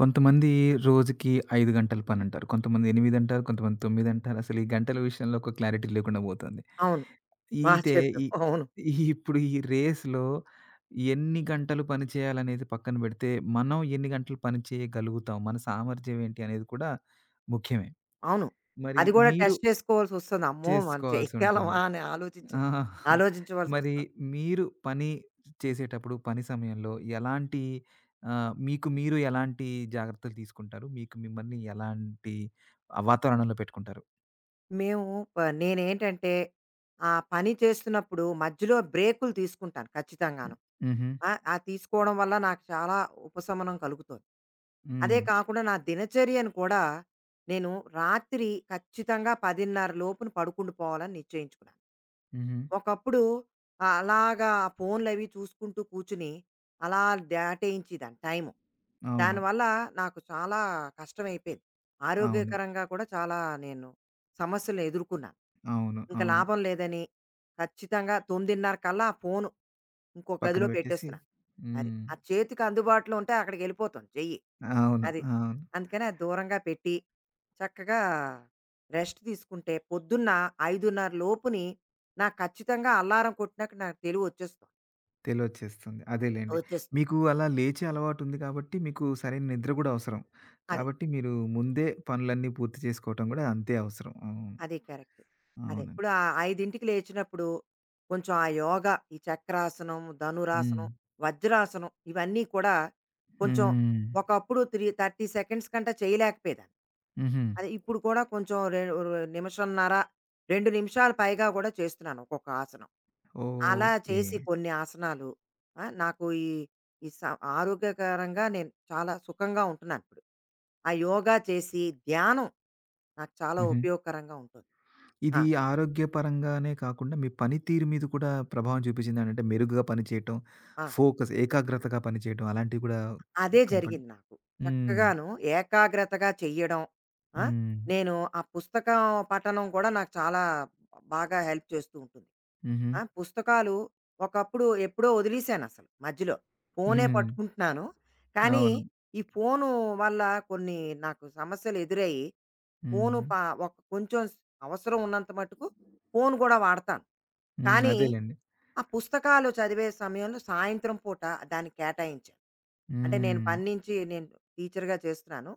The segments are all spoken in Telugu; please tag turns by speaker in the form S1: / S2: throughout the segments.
S1: కొంతమంది రోజుకి 5 గంటలు పనంటారు. కొంతమంది 8 అంటారు. కొంతమంది 9 అంటారు. అసలు ఈ గంటల విషయంలో ఒక క్లారిటీ లేకుండా పోతుంది.
S2: అవును. బా
S1: ఈతే
S2: చెప్పావు.
S1: ఈ
S2: అవును.
S1: ఇప్పుడు ఈ రేస్‌లో ఎన్ని గంటలు పని చేయాలనేది పక్కన పెడితే, మనం ఎన్ని గంటలు పని చేయగలుగుతాం? మన సామర్థ్యం ఏంటి అనేది కూడా ముఖ్యమే.
S2: అవును.
S1: మరి
S2: అది గూడా
S1: మీరు
S2: టెస్ట్ చేసుకోవాల్సొస్తుంది. అమ్మో! మనం చేయగలమా
S1: చేసుకోవాల్సుంటుంది.
S2: అని
S1: ఆ! మరి
S2: ఆలోచించవలసొస్తుంది.
S1: మీరు పని చేసేటప్పుడు, పని సమయంలో ఎలాంటి ఆహ్, మీకు మీరు ఎలాంటి జాగ్రత్తలు తీసుకుంటారు? మీకు మిమ్మల్ని ఎలాంటి ఆ వాతావరణంలో పెట్టుకుంటారు?
S2: మేము నేనేంటంటే, ఆ పని చేస్తున్నప్పుడు మధ్యలో బ్రేకులు తీసుకుంటాను
S1: హ్మ్.
S2: ఖచ్చితంగాను.
S1: హుహు.
S2: ఆ! అది తీసుకోవడం వల్ల నాకు చాలా ఉపశమనం కలుగుతోంది. అదే
S1: హ్మ్.
S2: కాకుండా నా దినచర్యను కూడా నేను రాత్రి ఖచ్చితంగా 10:30 లోపున పడుకుండిపోవాలని నిశ్చయించుకున్నాను.
S1: హుహు.
S2: ఒకప్పుడు అలాగా ఆ ఫోన్లవి చూసుకుంటూ కూర్చుని అలా దాటేయించేదాన్ని టైము.
S1: అవును.
S2: దానివల్ల నాకు చాలా కష్టమైపోయింది.
S1: అవును.
S2: ఆరోగ్యకరంగా కూడా చాలా నేను సమస్యలు ఎదుర్కొన్నాను.
S1: అవును.
S2: ఇంక
S1: అవును.
S2: లాభం లేదని ఖచ్చితంగా 9:30 కల్లా ఆ ఫోను ఇంకో
S1: పక్కన
S2: గదిలో
S1: పెట్టేసి
S2: పెట్టేస్తున్నా. అది.
S1: హ్మ్.
S2: ఆ చేతికి అందుబాటులో ఉంటే అక్కడికెళ్ళిపోతుంది చెయ్యి.
S1: అవును.
S2: అది.
S1: అవును.
S2: అందుకని అది దూరంగా పెట్టి చక్కగా రెస్ట్ తీసుకుంటే పొద్దున్న 5:30 లోపుని నాకు ఖచ్చితంగా అలారం కొట్టినాక నాకు తెలివొచ్చేస్తుంది.
S1: తెలివొచ్చేస్తుంది.
S2: వచ్చేస్తుంది.
S1: అదేలెండి.
S2: వచ్చేస్తుంది.
S1: మీకు అలా లేచే అలవాటుంది కాబట్టి, మీకు సరైన నిద్ర గూడా అవసరం.
S2: అదే.
S1: కాబట్టి మీరు ముందే పనులన్నీ పూర్తి చేసుకోవటం గూడా అంతే అవసరం. అవును.
S2: అది కరెక్ట్. అదే.
S1: అవునండి.
S2: ఇప్పుడు ఆ 5కి లేచినప్పుడు కొంచెం ఆ యోగా ఈ చక్రాసనం,
S1: హ్మ్.
S2: ధనురాసనం, వజ్రాసనం ఇవన్నీ కూడా కొంచెం
S1: హ్మ్.
S2: ఒకప్పుడు త్రీ 30 సెకండ్స్ కంటే చేయలేకపోయేదాన్ని.
S1: హుహు.
S2: అది ఇప్పుడు కూడా కొంచెం నిమిషంన్నర, 2 నిమిషాలు పైగా కూడా చేస్తున్నాను ఒక్కొక్క ఆసనం. అలా
S1: ఓకే.
S2: చేసి కొన్ని ఆసనాలు ఆ, నాకు ఈ ఈ స- ఆరోగ్యకరంగా నేను చాలా సుఖంగా ఉంటున్నాను ఇప్పుడు ఆ యోగా చేసి ధ్యానం నాకు చాలా
S1: హుహు.
S2: ఉపయోగకరంగా ఉంటుంది ఆ,
S1: ఇది ఆరోగ్యపరంగానే కాకుండా మీ పనితీరు మీద కూడా ప్రభావం చూపించిందండి. అంటే మెరుగ్గా పనిచేయటం,
S2: ఆ.
S1: ఫోకస్ ఏకాగ్రతగా పనిచేయటం అలాంటివి కూడా
S2: అదే
S1: కనపడి
S2: జరిగింది నాకు.
S1: హ్మ్.
S2: చక్కగాను ఏకాగ్రతగా చెయ్యడం. ఆ!
S1: హ్మ్.
S2: నేను ఆ పుస్తకం పఠనం కూడా నాకు చాలా బాగా హెల్ప్ చేస్తూ ఉంటుంది.
S1: హుహు.
S2: ఆ! పుస్తకాలు ఒకప్పుడు ఎప్పుడో వదిలేసానసలు మధ్యలో. ఫోనే
S1: హ్మ్.
S2: పట్టుకుంటున్నాను. కానీ
S1: అవును.
S2: ఈ ఫోను వల్ల కొన్ని నాకు సమస్యలు ఎదురయ్యి, ఫోను
S1: హ్మ్.
S2: ప ఒక కొంచెం అవసరం ఉన్నంత మట్టుకు ఫోను కూడా వాడతాను.
S1: హ్మ్.
S2: కానీ
S1: అదేలెండి.
S2: ఆ పుస్తకాలు చదివే సమయంలో సాయంత్రం పూట దాన్ని కేటాయించాను. అంటే నేను
S1: హ్మ్.
S2: పని నుంచి నేను టీచర్‌గా చేస్తున్నాను.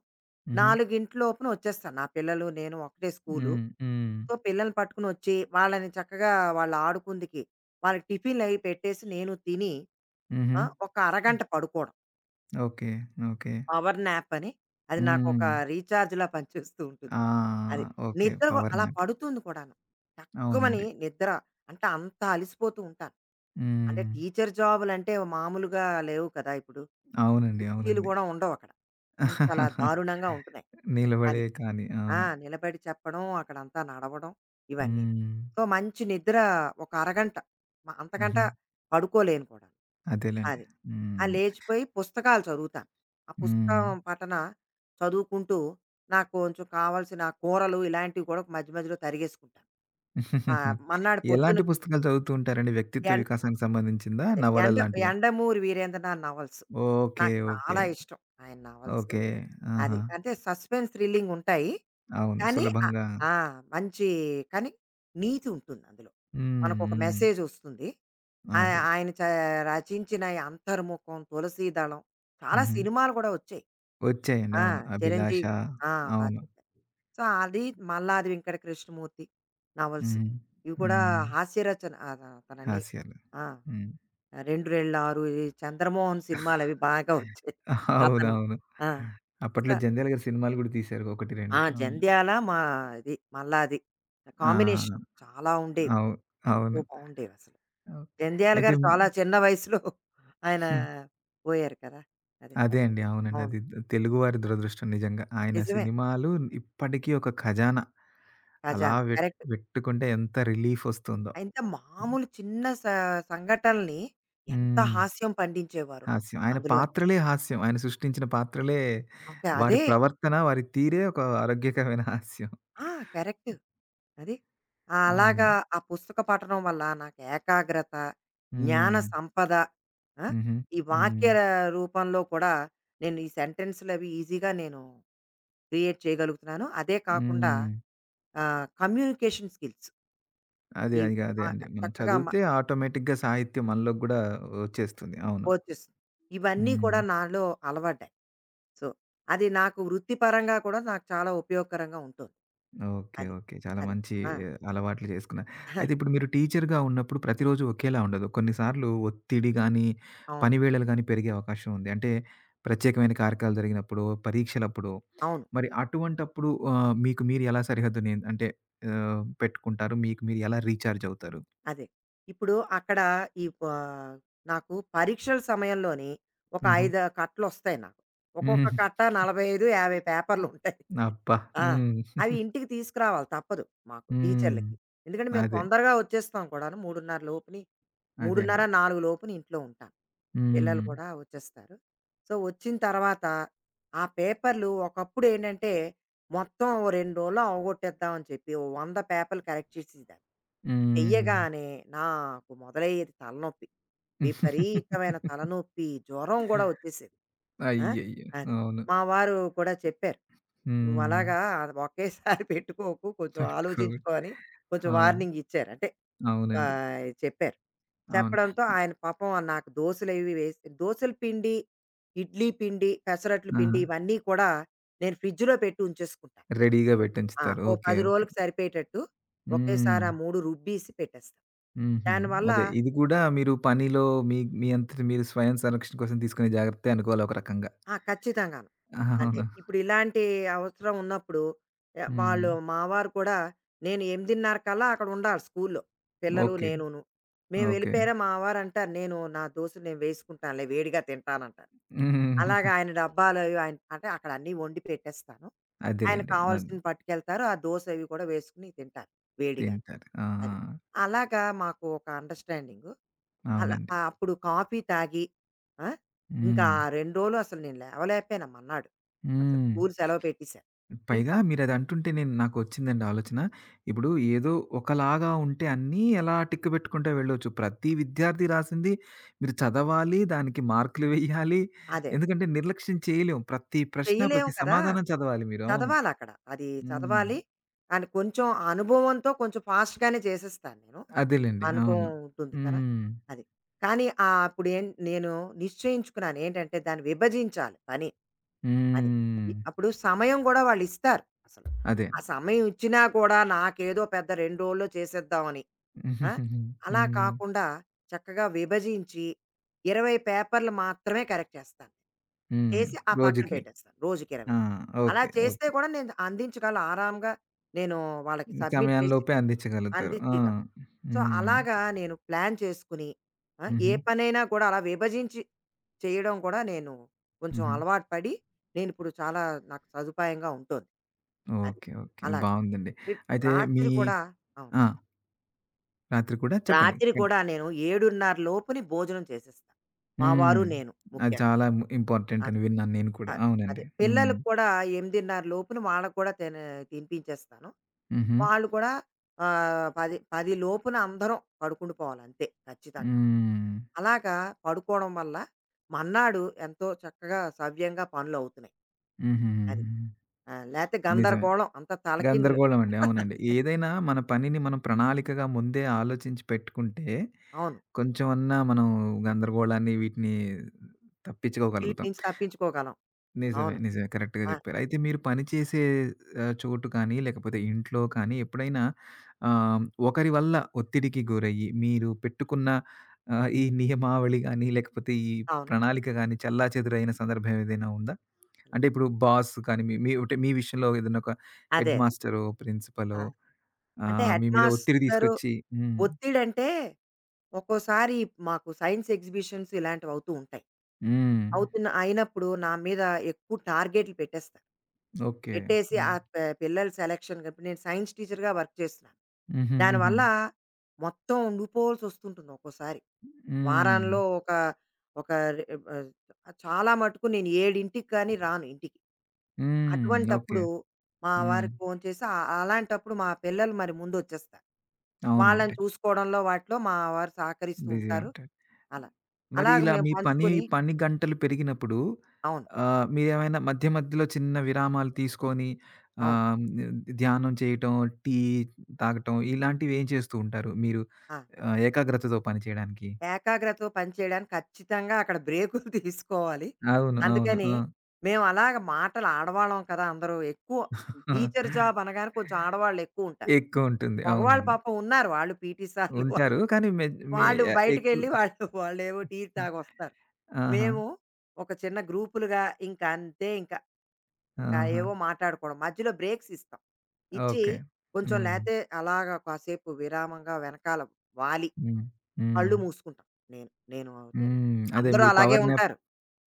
S1: హుహు.
S2: 4:00 లోపున వచ్చేస్తాను. నా పిల్లలు నేను ఒకటే స్కూలు.
S1: హ్మ్. హ్మ్.
S2: సో, పిల్లల్ని పట్టుకొనొచ్చి వాళ్ళని చక్కగా వాళ్ళు ఆడుకుందుకి వాళ్ళకి టిఫిన్‌లయి పెట్టేసి నేను తిని
S1: హుహు.
S2: ఆ! ఒక అరగంట పడుకోవడం.
S1: ఓకే. ఓకే.
S2: పవర్ న్యాప్ అని. అది నాకొక
S1: హ్మ్.
S2: రీచార్జ్‌లా పనిచేస్తూ
S1: ఆ!
S2: ఉంటుంది. అది.
S1: ఓకే.
S2: నిద్ర గూ
S1: పవర్
S2: అలా
S1: నాప్.
S2: పడుతుంది కూడాను. టక్కుమని
S1: అవునండి.
S2: నిద్ర అంటే అంత అలిసిపోతూ ఉంటాను. అంటే
S1: హ్మ్.
S2: టీచర్ జాబులంటే మామూలుగా లేవు కదా! ఇప్పుడు.
S1: అవునండి.
S2: కుర్చీలు
S1: అవునండి.
S2: గూడా ఉండవక్కడ. అంతలా దారుణంగా ఉంటున్నాయి. అది.
S1: నిలబడే కానీ.
S2: ఆ!
S1: అవును.
S2: నిలబడి చెప్పడం, అక్కడంతా నడవడం ఇవన్నీ.
S1: హ్మ్.
S2: సో, మంచి నిద్ర ఒక అరగంట, అంతకంట
S1: హుహు.
S2: పడుకోలేను కూడా.
S1: అదేలెండి.
S2: అది. ఆ!
S1: హ్మ్.
S2: లేచిపోయి పుస్తకాలు చదువుతాను. ఆ
S1: హ్మ్.
S2: పుస్తకం పఠన చదువుకుంటూ నాకు కొంచెం కావాల్సిన కూరలు ఇలాంటివి కూడా మధ్య మధ్యలో తరిగేసుకుంటాను. ఆ! మర్నాడు పొద్దున
S1: ఎలాంటి పుస్తకాలు చదువుతూ ఉంటారండి? వ్యక్తిత్వ
S2: ఎం
S1: వికాసానికి సంబంధించిందా?
S2: అదే
S1: నవలలు
S2: ఎండ
S1: లాంటివా?
S2: 'యండమూరి వీరేంద్రనాథ్' నవల్స్.
S1: ఓకే.
S2: నాకు
S1: ఓకే.
S2: చాలా ఇష్టం ఆయన నవల్స్.
S1: ఓకే. ఆహా!
S2: అది. అంటే సస్పెన్స్, థ్రిల్లింగుంటాయి.
S1: అవును.
S2: కానీ ఆహ్,
S1: సులభంగా
S2: ఆ! మంచి కానీ నీతి ఉంటుందందులో.
S1: హ్మ్.
S2: మనకొక
S1: హ్మ్.
S2: మెసేజొస్తుంది. ఆయ
S1: అదే.
S2: ఆయన చ రచించిన ఈ 'అంతర్ముఖం', 'తులసీదళం' చాలా
S1: హుహు.
S2: సినిమాలు గూడా ఒచ్చాయి.
S1: వచ్చాయండి.
S2: ఆ!
S1: అవును. 'అభిలాష'
S2: 'చిరంజీవి' ఆ! బా
S1: అవును.
S2: చెప్పారు. సో, అది 'మల్లాది వెంకట కృష్ణమూర్తి' నవల్స్.
S1: హ్మ్.
S2: ఇవి కూడా
S1: హ్మ్.
S2: హాస్య రచన అతనన్నీ.
S1: హాస్యాలు.
S2: ఆ!
S1: హ్మ్.
S2: 'రెండు రెళ్ళారు' ఈ 'చంద్రమోహన్' సినిమాలవి బాగా ఒచ్చాయి. అతను.
S1: అవునవును.
S2: ఆ! సో
S1: అప్పట్లో 'జంధ్యాల' గారి సినిమాలు గూడా తీశారు. 1, 2
S2: ఆ!
S1: అవును.
S2: జంధ్యాల మా ఇది మల్లాది.
S1: ఆ!
S2: కాంబినేషన్ చాలా ఉండేవి.
S1: అవు
S2: ఎంతో
S1: అవును.
S2: బావుండేవసలు.
S1: ఓకే.
S2: జంధ్యాల
S1: అయితే
S2: గారు చాలా చిన్న వయసులో ఆయన
S1: హ్మ్.
S2: పోయారు కదా! అదే.
S1: అదే అండి. అవునండి.
S2: అవును.
S1: అది తెలుగువారి దురదృష్టం నిజంగా. ఆయన
S2: నిజమే.
S1: సినిమాలు ఇప్పటికీ ఒక ఖజానా. అలా
S2: ఖజానా. కరెక్ట్.
S1: వెట్టుకుంటే ఎంత రిలీఫొస్తుందో.
S2: ఇంత మామూలు చిన్న సంఘటనల్ని ఎంత
S1: హ్మ్.
S2: హాస్యం పండించేవారో
S1: హాస్యం. ఆయన
S2: అందులోని.
S1: పాత్రలే హాస్యం. ఆయన సృష్టించిన పాత్రలే
S2: ఓకే.
S1: వారి
S2: అదే.
S1: ప్రవర్తన, వారి తీరే ఒక ఆరోగ్యకరమైన హాస్యం.
S2: ఆ! కరెక్ట్. అది. ఆహ్,
S1: అవును.
S2: అలాగా ఆ పుస్తక పఠనం వల్ల నాకు ఏకాగ్రత, జ్ఞాన
S1: హ్మ్.
S2: సంపద ఆ!
S1: హుహు.
S2: ఈ వాక్య
S1: హ్మ్.
S2: రూపంలో కూడా ఈ సెంటెన్స్‌లవి ఈజీగా నేను క్రియేట్ చేయగలుగుతున్నాను. అదే కాకుండా
S1: హ్మ్.
S2: ఆహ్, కమ్యూనికేషన్ స్కిల్స్
S1: అదే.
S2: ఈ
S1: ఇగ అదే
S2: ఆహ్,
S1: అండి. మనం
S2: చక్కగా మ
S1: చదివితే ఆటోమేటిక్‌గా సాహిత్యం మనలోకి గూడా వచ్చేస్తుంది. అవును.
S2: వచ్చేస్తుంది. ఇవన్నీ కూడా
S1: హ్మ్.
S2: నాలో అలవడ్డాయి. సో, అది వృత్తిపరంగా కూడా నాకు చాలా ఉపయోగకరంగా ఉంటుంది.
S1: ఓకే.
S2: అది.
S1: ఓకే. చాలా
S2: అది.
S1: మంచి
S2: ఆ!
S1: అలవాట్లు చేసుకున్నారు. అయితే ఇప్పుడు మీరు టీచర్‌గా ఉన్నప్పుడు ప్రతిరోజు ఒకేలా ఉండదు. కొన్నిసార్లు ఒత్తిడి గానీ,
S2: అవును.
S1: పని వేళలు గానీ పెరిగే అవకాశం ఉంది. అంటే ప్రత్యేకమైన కార్యక్రమాలు జరిగినప్పుడో, పరీక్షలప్పుడో
S2: అవును.
S1: మరి అటువంటప్పుడు ఆహ్, మీకు మీరు ఎలా సరిహద్దు నే అంటే ఆహ్, పెట్టుకుంటారు? మీకు మీరు ఎలా రీచార్జ్ అవుతారు?
S2: అదే. ఇప్పుడు అక్కడ ఈ ప నాకు పరీక్షల సమయంలోని ఒక
S1: హుహు.
S2: 5 కట్టలొస్తాయి నాకు. ఒక్కొక్క
S1: హ్మ్.
S2: కట్ట 45, 50 పేపర్లుంటాయి.
S1: అబ్బా!
S2: ఆ!
S1: హ్మ్.
S2: అవి ఇంటికి తీసుకురావాలి తప్పదు మాకు
S1: హ్మ్.
S2: టీచర్లకి. ఎందుకంటే మేము
S1: అదే.
S2: తొందరగా వచ్చేస్తాం కూడాను 3:30 లోపుని
S1: అదే
S2: 3:30,
S1: అండి.
S2: 4 లోపున ఇంట్లో ఉంటాను. పిల్లలు
S1: హ్మ్.
S2: కూడా వచ్చేస్తారు. సో, వచ్చిన తర్వాత ఆ పేపర్‌లు ఒకప్పుడేంటంటే, మొత్తం ఓ 2 రోజుల్లో అవగొట్టేద్దాం అని చెప్పి, ఓ 100 పేపర్‌లు కరెక్ట్ చేసేదాన్ని.
S1: హ్మ్.
S2: చెయ్యగానే నాకు మొదలయ్యేది తలనొప్పి. విపరీతమైన తలనొప్పి, జ్వరం గూడా వచ్చేసేది. ఆ!
S1: అయ్యయ్యో!
S2: అది.
S1: అవును.
S2: మా వారు కూడా చెప్పారు.
S1: హ్మ్.
S2: "నువ్వలాగా అది ఒకేసారి పెట్టుకోకు, కొంచెం
S1: తట్టుకోలేం.
S2: ఆలోచించుకో" అని కొంచెం
S1: అవును.
S2: వార్నింగ్ ఇచ్చారు. అంటే
S1: అవునండి.
S2: ఆహ్, చెప్పారు.
S1: అవును.
S2: చెప్పడంతో ఆయన పాపం ఆ నాకు దోసెలవి వేసి దోసెల పిండి, ఇడ్లీ పిండి, పెసరట్లు పిండి
S1: ఆహా!
S2: ఇవన్నీ కూడా నేను ఫ్రిడ్జ్‌లో పెట్టి ఉంచేసుకుంటాను.
S1: రెడీగా
S2: ఆ!
S1: పెట్టించుతారు.
S2: ఓ
S1: ఓకే.
S2: 10
S1: ఓకే.
S2: రోజులకి సరిపోయేటట్టు
S1: హ్మ్.
S2: ఒకేసారి ఆ 3 రుబ్బీసి పెట్టేస్తాను.
S1: హుహు.
S2: దానివల్ల
S1: అదే ఇది కూడా మీరు పనిలో మీ మీ అంతట మీరు స్వయం సంరక్షణ కోసం తీసుకునే జాగ్రత్తే అనుకోవాలి ఒక రకంగా.
S2: ఆ! ఖచ్చితంగాను.
S1: ఆహా!
S2: అంటే
S1: అవును.
S2: ఇప్పుడు ఇలాంటి అవసరం ఉన్నప్పుడు ఆహ్,
S1: హ్మ్.
S2: వాళ్ళు మావారు కూడా నేను 8:30 కల్లా అక్కడ ఉండాలి స్కూల్‌లో. పిల్లలు
S1: ఓకే.
S2: నేనును. మేము
S1: ఓకే.
S2: వెళ్ళిపోయారా మా వారంటారు నా దోసెలు నేను వేసుకుంటానులే వేడిగా తింటానంటారు. అలాగా ఆయన డబ్బాలు అవి ఆయన అంటే అక్కడ అన్నీ వండి పెట్టేస్తాను. ఆయన
S1: అదేలెండి.
S2: కావాల్సింది పట్టుకెళ్తారు. ఆ దోస అవి కూడా వేసుకొని తింటారు వేడిగా.
S1: తింటారు. ఆ!
S2: అది. అలాగా మాకు ఒక అండర్‌స్టాండింగు. అలా
S1: అవునండి.
S2: ఆహ్, అప్పుడు కాఫీ తాగి ఆ! ఇంకా
S1: హ్మ్.
S2: ఆ 2 రోజులు అసలు నేను లేవలేకపోయాను మర్నాడు. అసలు
S1: హ్మ్.
S2: స్కూలు సెలవు పెట్టేశారు.
S1: పైగా
S2: ఇంకా
S1: మీరదంటుంటే నేను నాకొచ్చిందండి ఆలోచన. ఇప్పుడు ఏదో ఒకలాగా ఉంటే అన్నీ ఎలా టిక్ పెట్టుకుంటా వెళ్ళొచ్చు. ప్రతి విద్యార్థి రాసింది మీరు చదవాలి, దానికి మార్కులు వెయ్యాలి.
S2: అదే.
S1: ఎందుకంటే నిర్లక్ష్యం చేయలేం. ప్రతి ప్రశ్న,
S2: చేయలేము
S1: ప్రతి
S2: కదా!
S1: సమాధానం చదవాలి మీరు. అవును.
S2: చదవాలక్కడ. అది
S1: హ్మ్.
S2: చదవాలి. కానీ కొంచెం అనుభవంతో కొంచెం ఫాస్ట్‌గానే చేసేస్తాను నేను.
S1: అదేలెండి.
S2: అనుభవం
S1: అవును.
S2: ఉంటుంది కదా!
S1: హ్మ్.
S2: అది. కానీ ఆహ్, అప్పుడేం నేను నిశ్చయించుకున్నాను. ఏంటంటే దాన్ని విభజించాలి పని. అది.
S1: హ్మ్.
S2: అప్పుడు సమయం గూడా వాళ్ళిస్తారు అసలు.
S1: అదే.
S2: ఆ సమయం ఇచ్చినా కూడా నాకేదో పెద్ద 2 రోజుల్లో చేసేద్దామని. ఆ! అలా
S1: హ్మ్.
S2: కాకుండా చక్కగా విభజించి 20 పేపర్లు మాత్రమే కరెక్ట్ చేస్తాను.
S1: హ్మ్.
S2: చేసి ఆ పక్కన
S1: రోజుకి.
S2: పెట్టేస్తాను. రోజుకి
S1: ఆ!
S2: 20. అలా
S1: ఓకే.
S2: చేస్తే
S1: ఓకే.
S2: కూడా నేను అందించగలను ఆరాంగా నేను వాళ్ళకి సబ్మిట్
S1: సమయం
S2: చేసి
S1: లోపే అందించగలుగుతారు. ఆ!
S2: అందించగలను. సో,
S1: హ్మ్.
S2: అలాగా నేను ప్లాన్ చేసుకుని ఆ! ఏ
S1: హుహు.
S2: పనైనా కూడా అలా విభజించి చేయడం కూడా నేను కొంచెం
S1: హుహు.
S2: అలవాటు పడి నేను ఇప్పుడు చాలా నాకు సదుపాయంగా ఉంటుంది. అది.
S1: ఓకే. ఓకే.
S2: అలా.
S1: బావుందండి.
S2: రి
S1: అయితే మీ
S2: రాత్రి కూడా అవును.
S1: ఆ! రాత్రి కూడా చెప్పండి.
S2: రాత్రి
S1: హ్మ్.
S2: కూడా నేను 7:30 లోపుని భోజనం చేసేస్తా. మా
S1: హ్మ్.
S2: వారు నేను
S1: అది
S2: ముఖ్యంగా.
S1: చాలా ఇంపార్టెంట్ అని
S2: అదే.
S1: విన్నాను నేను కూడా.
S2: అదే.
S1: అవునండి.
S2: అదే.
S1: హ్మ్.
S2: పిల్లలకి కూడా 8:30 లోపున వాళ్ళకి కూడా తినిపించేస్తాను.
S1: హుహు.
S2: వాళ్ళు కూడా ఆహ్, 10, 10 లోపున అందరం పడుకుండిపోవాలి అంతే ఖచ్చితంగా.
S1: హ్మ్.
S2: అలాగా పడుకోవడం వల్ల మర్నాడు ఎంతో చక్కగా సవ్యంగా పనులవుతున్నాయి. అది.
S1: హుహుహుహు.
S2: ఆ! లేతే
S1: నిజమే.
S2: గందరగోళం. అంతా తలకిందులు.
S1: గందరగోళం అండి. అవునండి. ఏదైనా మన పనిని మనం ప్రణాళికగా ముందే ఆలోచించి పెట్టుకుంటే
S2: అవును.
S1: కొంచెం అన్నా మనం గందరగోళాన్ని వీటిని
S2: వీటి
S1: తప్పించుకోగలుగుతాం.
S2: నుంచి తప్పించుకోగలం.
S1: నిజమే.
S2: అవును.
S1: నిజమే. కరెక్ట్‌గా
S2: ఆ!
S1: జెప్పారు. అయితే మీరు పనిచేసే ఆహ్, చోటు కానీ, లేకపోతే ఇంట్లో కానీ ఎప్పుడైనా ఆహ్, ఒకరి వల్ల ఒత్తిడికి గురయ్యి, మీరు పెట్టుకున్న ఆహ్, ఈ నియమావళి గాని, లేకపోతే ఈ
S2: అవును.
S1: ప్రణాళిక గాని చెల్లాచెదురైన సందర్భం ఏదైనా ఉందా?
S2: చిల్ల
S1: అంటే ఇప్పుడు బాస్ కానీ, మీ మీ అంటే మీ విషయంలో ఏదైనా ఒక హెడ్
S2: అదే.
S1: మాస్టరో,
S2: ఆ!
S1: ప్రిన్సిపలో
S2: అంటే
S1: ఆహ్, మీ మీద ఒత్తిడి
S2: హెడ్‌మాస్టరు
S1: తీసుకొచ్చి హ్మ్.
S2: ఒత్తిడంటే ఒక్కోసారి మాకు సైన్స్ ఎగ్జిబిషన్స్ ఇలాంటివి అవుతూ ఉంటాయి.
S1: హ్మ్.
S2: అవుతున్న అయినప్పుడు నా మీద ఎక్కువ టార్గెట్లు పెట్టేస్తాడు.
S1: ఓకే.
S2: పెట్టేసి
S1: హ్మ్.
S2: ఆ ప పిల్లల సెలక్షన్ ఇప్పుడు నేను సైన్స్ టీచర్‌గా వర్క్ చేస్తున్నాను.
S1: హుహు. హుహు.
S2: దానివల్ల మొత్తం ఉండిపోవాల్సొస్తుంటుంది ఒక్కోసారి.
S1: హ్మ్.
S2: వారాల్లో ఒక ఒక రె ఆహ్, చాలా మటుకు నేను 7కి కానీ రాను ఇంటికి.
S1: హ్మ్. ఓకే.
S2: అటువంటప్పుడు మా
S1: హ్మ్.
S2: వారికి ఫోన్ చేసి ఆహ్, అలాంటప్పుడు మా పిల్లలు మరి ముందొచ్చేస్తారు. వాళ్ళని
S1: అవునులెండి.
S2: చూసుకోవడంలో వాటిలో మా వారు సహకరిస్తూ
S1: బిజీ
S2: ఉంటారు.
S1: ఉంటారు.
S2: అలా.
S1: మరి
S2: అలాగ
S1: ఇలా
S2: మేము
S1: మీ పని,
S2: పంచుకొని
S1: పని గంటలు పెరిగినప్పుడు
S2: అవును.
S1: ఆహ్, మీరేమైనా మధ్య మధ్యలో చిన్న విరామాలు తీసుకొని
S2: అవును.
S1: ఆహ్, ధ్యానం చేయటం, టీ తాగటం ఇలాంటివి ఏం చేస్తూ ఉంటారు మీరు
S2: ఆ!
S1: ఆహ్, ఏకాగ్రతతో పని చేయడానికి?
S2: ఏకాగ్రతతో పనిచేయడానికి ఖచ్చితంగా అక్కడ బ్రేకులు తీసుకోవాలి.
S1: అవును. అవును.
S2: అందుకని
S1: ఆ!
S2: మేము అలాగ మాటలు ఆడవాళ్ళం కదా! అందరూ ఎక్కువ టీచర్ జాబ్ అనగానే కొంచెం ఆడవాళ్ళెక్కువుంటారు.
S1: ఎక్కువుంటుంది.
S2: మగవాళ్ళు
S1: అవునండి.
S2: పాపం ఉన్నారు. వాళ్ళు పీటీ సార్లు వాళ్ళు
S1: ఉంటారు. కానీ మె మె
S2: వాళ్ళు
S1: ఎక్కువ
S2: బయటికెళ్ళి వాళ్ళేవో టీ
S1: హ్మ్.
S2: తాగొస్తారు.
S1: ఆహా!
S2: మేము ఒక చిన్న గ్రూపులుగా ఇంక అంతే ఇంకా. ఇంకా
S1: ఆహా!
S2: ఏవో మాట్లాడుకోవడం. మధ్యలో బ్రేక్స్ ఇస్తాం. ఇచ్చి
S1: ఓకే.
S2: కొంచెం
S1: హ్మ్.
S2: లేతే అలాగా కాసేపు విరామంగా వెనకాల వాలి.
S1: హ్మ్. హ్మ్.
S2: కళ్ళు మూసుకుంటాం. నేను నేను అవుతేను.
S1: హ్మ్. అదే
S2: అందరూ
S1: మీరు
S2: అలాగే
S1: పవర్ నాప్
S2: ఉంటారు.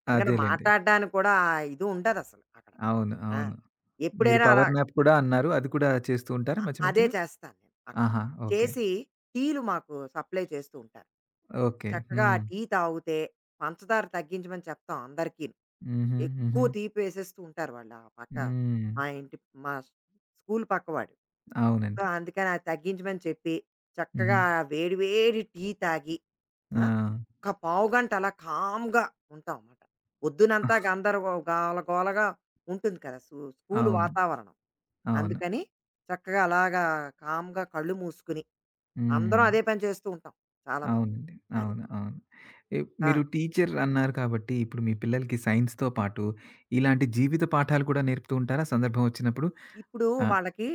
S2: ఎందుకంటే
S1: అదేలెండి.
S2: మాట్లాడడానికి కూడా ఇది ఉండదసలు అక్కడ.
S1: అవును.
S2: ఆ!
S1: అవును. మీరు
S2: ఎప్పుడైనా అలా
S1: పవర్ నాప్ కూడా అన్నారు. అది కూడా చేస్తూ ఉంటారా మధ్య
S2: అదే
S1: మధ్యలో?
S2: చేస్తాను నేను అక్కడ.
S1: ఆహా! ఓకే.
S2: చేసి టీలు మాకు సప్లై చేస్తూ ఉంటారు.
S1: ఓకే.
S2: చక్కగా ఆ
S1: హ్మ్.
S2: టీ తాగితే పంచదార తగ్గించమని చెప్తాం అందరికీను.
S1: హుహు. హుహు.
S2: ఎక్కువ తీపి వేసేస్తూ ఉంటారు వాళ్ళు ఆ పక్క
S1: హ్మ్.
S2: మా ఇంటి మా స్కూలు పక్కవాడు. సో,
S1: అవునండి.
S2: అందుకని అది తగ్గించమని చెప్పి
S1: హుహు.
S2: చక్కగా వేడి వేడి టీ తాగి
S1: ఆ!
S2: ఆ! ఒక పావుగంట అలా కామ్‌గా ఉంటాం మాట. పొద్దునంతా గోలగోలగా ఉంటుంది కదా! స్కూలు
S1: అవును.
S2: వాతావరణం.
S1: అవును.
S2: అందుకని చక్కగా అలాగా కామ్‌గా కళ్ళు మూసుకుని, అందరం
S1: హ్మ్.
S2: అదే పని చేస్తూ ఉంటాం చాలామంది.
S1: అవునండి.
S2: అది.
S1: అవును. అవును. ఎ
S2: ఆ!
S1: మీరు టీచర్ అన్నారు కాబట్టి, ఇప్పుడు మీ పిల్లలకి సైన్స్‌తో పాటు ఇలాంటి జీవిత పాఠాలు కూడా నేర్పుతూ ఉంటారా సందర్భం వచ్చినప్పుడు?
S2: ఇప్పుడు
S1: ఆ!
S2: వాళ్ళకి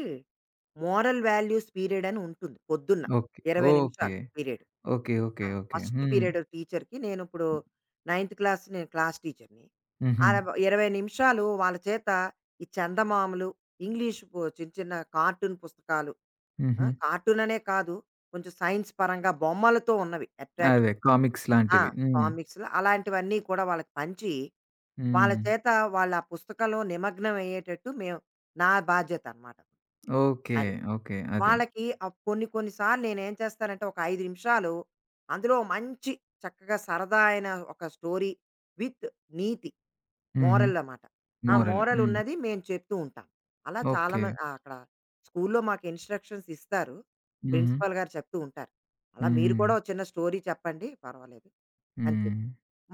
S2: మోరల్ వాల్యూస్ పీరియడ్ అని ఉంటుంది పొద్దున్న.
S1: ఓకే.
S2: 20
S1: ఓకే.
S2: నిమిషాలు పీరియడ్.
S1: ఓకే. ఓకే.
S2: ఆ!
S1: ఓకే.
S2: ఫస్ట్
S1: హ్మ్.
S2: పీరియడ్ టీచర్‌కి నేనిప్పుడు నైన్త్ క్లాస్ నేను క్లాస్ టీచర్‌ని.
S1: హుహు.
S2: ఆడ 20 నిమిషాలు వాళ్ళ చేత ఈ చందమామలు, ఇంగ్లీష్ చిన్న చిన్న కార్టూన్ పుస్తకాలు. ఆ!
S1: హుహు.
S2: కార్టూన్ అనే కాదు కొంచెం సైన్స్ పరంగా బొమ్మలతో ఉన్నవి
S1: అదే
S2: అట్రాక్షన్.
S1: కామిక్స్
S2: ఆ!
S1: లాంటివి. హ్మ్.
S2: కామిక్స్‌లు అలాంటివన్నీ కూడా వాళ్ళకి పంచి, వాళ్ళ
S1: హ్మ్.
S2: చేత వాళ్ళ పుస్తకంలో నిమగ్నం అయ్యేటట్టు మేము నా బాధ్యతనమాట.
S1: ఓకే.
S2: అది.
S1: ఓకే. అదే.
S2: వాళ్ళకి కొన్ని కొన్ని సార్లు నేనేం చేస్తానంటే, ఒక 5 నిమిషాలు అందులో మంచి చక్కగా సరదా అయిన ఒక స్టోరీ విత్ నీతి.
S1: హుహు.
S2: మోరల్ అన్నమాట. ఆ
S1: మోరల్.
S2: మోరల్
S1: హ్మ్.
S2: ఉన్నది మేము చెప్తూ ఉంటాం. అలా చాలా
S1: ఓకే.
S2: మ ఆహ్, అక్కడ స్కూల్‌లో మాకు ఇన్‌స్ట్రక్షన్స్ ఇస్తారు.
S1: హుహు.
S2: ప్రిన్సిపల్ గారు చెప్తూ ఉంటారు. అలా మీరు
S1: హ్మ్.
S2: కూడా ఒక చిన్న స్టోరీ చెప్పండి పర్వాలేదు. అంతే.
S1: హ్మ్.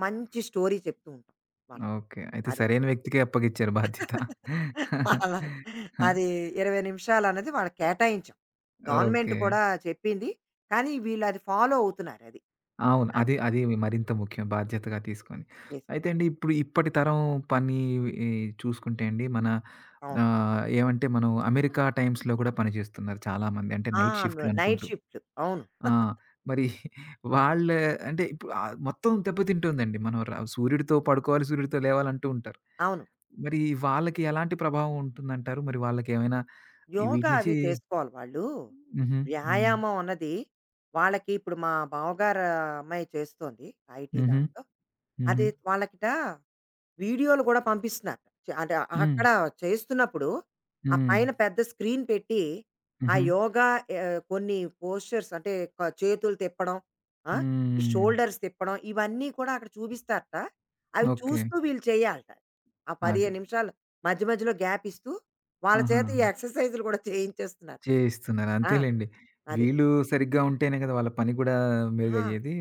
S2: మంచి స్టోరీ చెప్తూ ఉంటాం వాళ్ళకి.
S1: ఓకే. అయితే
S2: అది.
S1: సరైన వ్యక్తికే అప్పగిచ్చారు బాధ్యత.
S2: అలా అది 20 నిమిషాలన్నది వాళ్ళకి కేటాయించాం. Government
S1: okay.
S2: కూడా చెప్పింది. కానీ వీళ్ళు అది ఫాలో అవుతున్నారు అది.
S1: అవును.
S2: అది.
S1: అది అది మరింత ముఖ్యం బాధ్యతగా తీసుకొని.
S2: యెస్.
S1: అయితే అండి ఇప్పుడు ఇప్పటి తరం పని ఈ చూసుకుంటే అండి మన
S2: అవును.
S1: ఆహ్, ఏమంటే మనం అమెరికా టైమ్స్‌లో కూడా పనిచేస్తున్నారు చాలామంది. అంటే
S2: ఆ!
S1: నైట్ షిఫ్ట్‌లు
S2: నైట్
S1: అనుకుంటూ.
S2: షిఫ్ట్‌లు. అవును.
S1: ఆ! మరి వాళ్ళ అంటే ఇప్పుడు ఆహ్, మొత్తం దెబ్బతింటుందండి. మనం ర సూర్యుడితో పడుకోవాలి, సూర్యుడితో లేవాలంటూ ఉంటారు.
S2: అవును.
S1: మరి వాళ్ళకి ఎలాంటి ప్రభావం ఉంటుందంటారు? మరి వాళ్ళకేమైనా ఈ వీటి
S2: యోగా అవి
S1: నుంచి
S2: చేసుకోవాలి వాళ్ళు.
S1: హుహు. హ్మ్.
S2: వ్యాయామం అన్నది వాళ్ళకి ఇప్పుడు మా బావగారు అమ్మాయి చేస్తోంది. ఐటీ
S1: హుహు.
S2: దాంట్లో.
S1: హుహు.
S2: అది వాళ్ళకిట వీడియోలు గూడా పంపిస్తున్నారు. అంటే
S1: హ్మ్.
S2: అక్కడ చేస్తున్నప్పుడు, ఆ
S1: హ్మ్.
S2: పైన పెద్ద స్క్రీన్ పెట్టి, ఆ
S1: హుహు.
S2: యోగా ఆహ్, కొన్ని పోస్చర్స్ అంటే చేతులు తిప్పడం, ఆ! ఈ
S1: హ్మ్.
S2: షోల్డర్స్ తిప్పడం ఇవన్నీ కూడా అక్కడ చూపిస్తారట. అవి
S1: ఓకే.
S2: చూస్తూ వీళ్ళు చేయాలట. ఆ
S1: అదే.
S2: 15 నిమిషాలు మధ్య మధ్యలో గ్యాప్ ఇస్తూ, వాళ్ళ చేత ఈ
S1: ఆహాహా!
S2: ఎక్సర్‌సైజులు గూడా చేయించేస్తున్నారట.
S1: చేయిస్తున్నారు.
S2: ఆ!
S1: అంతేలెండి.
S2: అది.
S1: వీళ్ళు సరిగ్గా ఉంటేనే కదా! వాళ్ళ పని కూడా
S2: ఆ!
S1: మెరుగయ్యేది.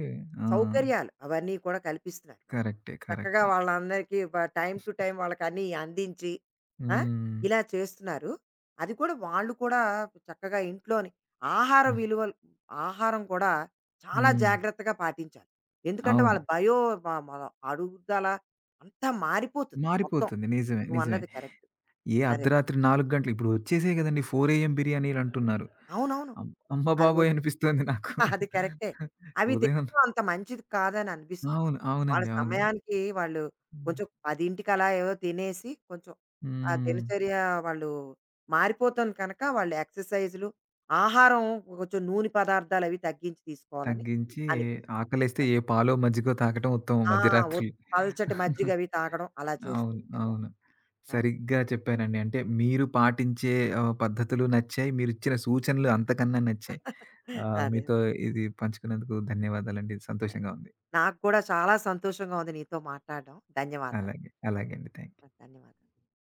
S1: ఆ!
S2: సౌకర్యాలు అవన్నీ కూడా కల్పిస్తున్నారు వాళ్ళు.
S1: కరెక్టే.
S2: చక్కగా
S1: కరెక్టే.
S2: వాళ్ళందరికీ టైమ్ టు టైమ్ వాళ్ళకన్నీ అందించి, ఆ!
S1: హ్మ్.
S2: ఇలా చేస్తున్నారు. అది కూడా వాళ్ళు కూడా చక్కగా ఇంట్లోని ఆహార విలువలు ఆహారం కూడా చాలా
S1: హ్మ్.
S2: జాగ్రత్తగా పాటించాలి. ఎందుకంటే
S1: అవును.
S2: వాళ్ళ బయో మన అడుగుదల అంతా మారిపోతుంది మొత్తం.
S1: మారిపోతుంది. నిజమే. నిజమే.
S2: నువ్వన్నది కరెక్ట్.
S1: ఏ
S2: అదే.
S1: అర్ధరాత్రి 4 గంటలు ఇప్పుడు వచ్చేసాయి గదండీ 4 ఏఎం బిర్యానీలంటున్నారు.
S2: అవునవును.
S1: అమ్మ
S2: అది
S1: బాబోయ్! అనిపిస్తుంది నాకు.
S2: అది కరెక్టే. అవి
S1: ఉదయం
S2: తినడం అంత మంచిది కాదని అనిపిస్తుంది.
S1: అవును.
S2: వాళ్ళ
S1: అవునండి. అవునండి.
S2: సమయానికి వాళ్ళు
S1: హ్మ్.
S2: కొంచెం 10కి అలా ఏదో తినేసి కొంచెం ఆ
S1: హ్మ్.
S2: దినచర్య వాళ్ళు మారిపోతుంది కనుక వాళ్ళు ఎక్సర్‌సైజులు, ఆహారం కొంచెం నూనె పదార్థాలు అవి తగ్గించి తీసుకోవాలని
S1: తగ్గించి
S2: అనిపిస్తుంది.
S1: ఆకలేస్తే ఏ పాలో, మజ్జిగో తాగటం ఉత్తమం
S2: ఆ!
S1: మధ్యరాత్రి.
S2: ఒత్ పల్చటి మజ్జిగ అవి తాగడం అలా చేస్తూ
S1: అవును.
S2: ఉంటే
S1: అవును.
S2: బావుంటుంది. అదే.
S1: సరిగ్గా చెప్పారండి. అంటే మీరు పాటించే ఆహ్, పద్ధతులు నచ్చాయి. మీరిచ్చిన సూచనలు అంతకన్నా నచ్చాయి. ఆహ్,
S2: అదే.
S1: మీతో ఇది పంచుకున్నందుకు ధన్యవాదాలండి.
S2: అదే.
S1: సంతోషంగా ఉంది.
S2: నాకు కూడా చాలా సంతోషంగా ఉంది నీతో మాట్లాడడం. ధన్యవాదాలు.
S1: అలాగే. అలాగే అండి. థాంక్స్.
S2: ధన్యవాదాలు.